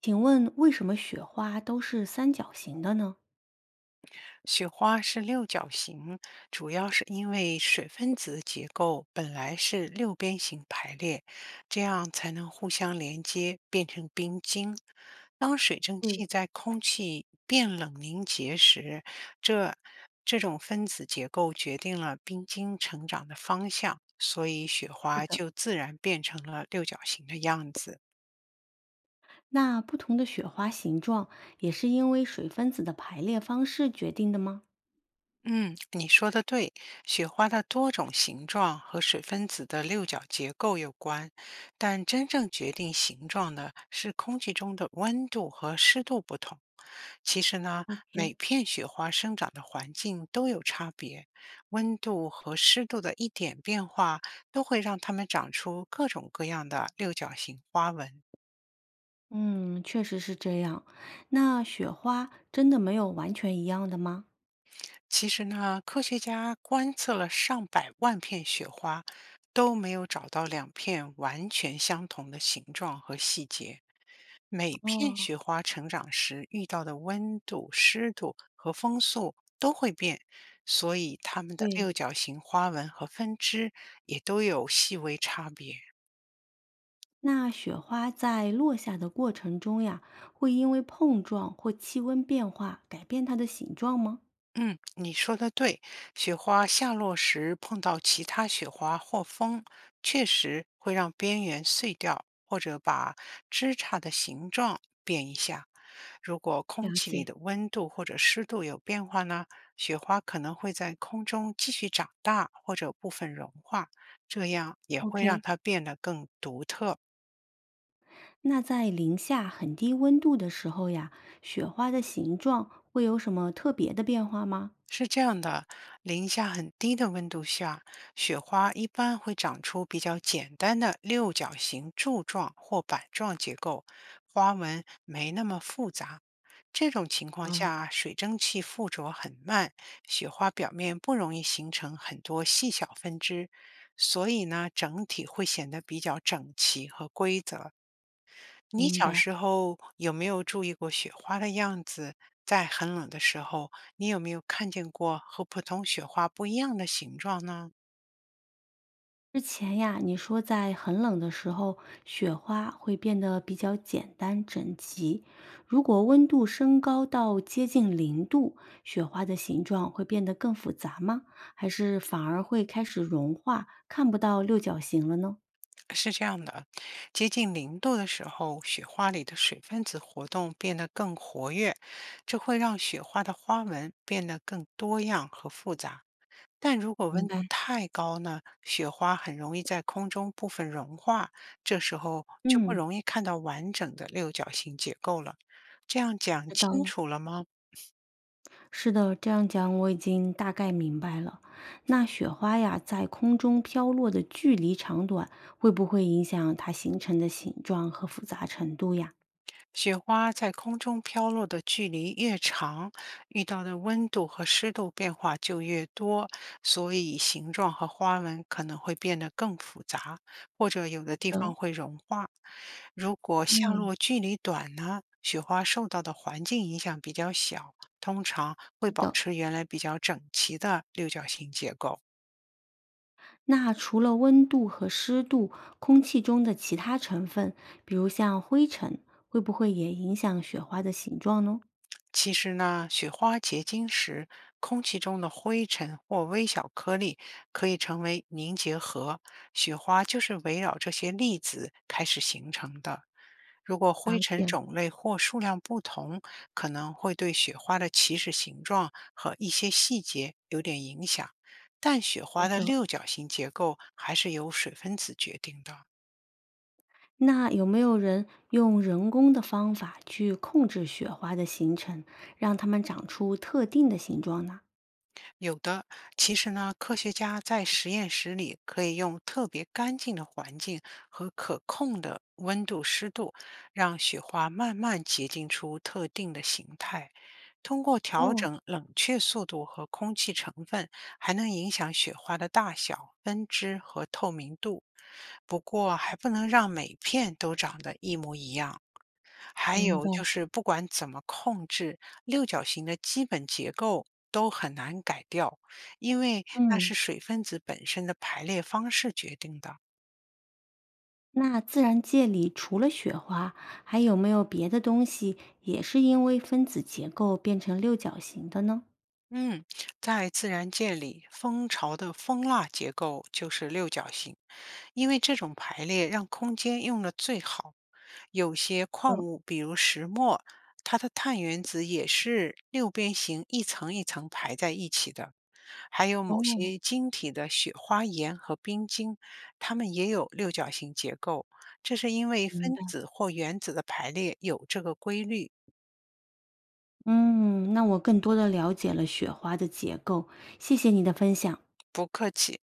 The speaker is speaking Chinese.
请问为什么雪花都是三角形的呢？雪花是六角形，主要是因为水分子结构本来是六边形排列，这样才能互相连接，变成冰晶。当水蒸嗯，气在空气变冷凝结时，这这种分子结构决定了冰晶成长的方向，所以雪是花的，就自然变成了六角形的样子。那不同的雪花形状也是因为水分子的排列方式决定的吗？嗯，你说的对，雪花的多种形状和水分子的六角结构有关，但真正决定形状的是空气中的温度和湿度不同。其实呢，每，OK。片雪花生长的环境都有差别，温度和湿度的一点变化都会让它们长出各种各样的六角形花纹。嗯，确实是这样。那雪花真的没有完全一样的吗？其实呢，科学家观测了上百万片雪花，都没有找到两片完全相同的形状和细节。每片哦，雪花成长时遇到的温度、湿度和风速都会变，所以它们的对，六角形花纹和分支也都有细微差别。那雪花在落下的过程中呀，会因为碰撞或气温变化改变它的形状吗？嗯，你说的对，雪花下落时碰到其他雪花或风，确实会让边缘碎掉，或者把枝杈的形状变一下。如果空了气里解。的温度或者湿度有变化呢，雪花可能会在空中继续长大，或者部分融化，这样也会让？OK，它变得更独特。那在零下很低温度的时候呀，雪花的形状会有什么特别的变化吗？是这样的，零下很低的温度下，雪花一般会长出比较简单的六角形柱状或板状结构，花纹没那么复杂。这种情况嗯，下，水蒸气附着很慢，雪花表面不容易形成很多细小分支，所以呢，整体会显得比较整齐和规则。你明小白。时候有没有注意过雪花的样子？在很冷的时候，你有没有看见过和普通雪花不一样的形状呢？之前呀，你说在很冷的时候，雪花会变得比较简单整齐。如果温度升高到接近零度，雪花的形状会变得更复杂吗？还是反而会开始融化，看不到六角形了呢？是这样的，接近零度的时候，雪花里的水分子活动变得更活跃，这会让雪花的花纹变得更多样和复杂。但如果明温白，度太高呢，雪花很容易在空中部分融化，这时候就不嗯，容易看到完整的六角形结构了。这样讲知道清了。楚了吗？是的，这样讲我已经大概明白了。那雪花呀，在空中飘落的距离长短，会不会影响它形成的形状和复杂程度呀？雪花在空中飘落的距离越长，遇到的温度和湿度变化就越多，所以形状和花纹可能会变得更复杂，或者有的地的。方会融化。如果下嗯，落距离短呢，雪花受到的环境影响比较小，通常会是保的。持原来比较整齐的六角形结构。那除了温度和湿度，空气中的其他成分，比如像灰尘，会不会也影响雪花的形状呢？其实呢，雪花结晶时，空气中的灰尘或微小颗粒可以成为凝结核，雪花就是围绕这些粒子开始形成的。如果了灰尘解了。种类或数量不同，可能会对雪花的起始形状和一些细节有点影响，但雪好花的的，六角形结构还是由水分子决定的。那有没有人用人工的方法去控制雪花的形成，让它们长出特定的形状呢？有的，其实呢，科学家在实验室里可以用特别干净的环境和可控的温度、湿度，让雪花慢慢结晶出特定的形态。通过调哦，整冷却速度和空气成分，还能影响雪花的大小、分支和透明度。不过，还不能让每片都长得一模一样。还明白，有就是不管怎么控制，六角形的基本结构都很难改掉，因为那是嗯，水分子本身的排列方式决定的。那自然界里除了雪花，还有没有别的东西也是因为分子结构变成六角形的呢？嗯，在自然界里，蜂巢的蜂蜡结构就是六角形，因为这种排列让空间用得最好。有些矿嗯，物，比如石墨，它的碳原子也是六边形一层一层排在一起的。还有某哦，些晶体的雪花岩和冰晶，它们也有六角形结构，这是因为明分白，子或原子的排列有这个规律。嗯，那我更多的了解了雪花的结构，谢谢你的分享。不客气。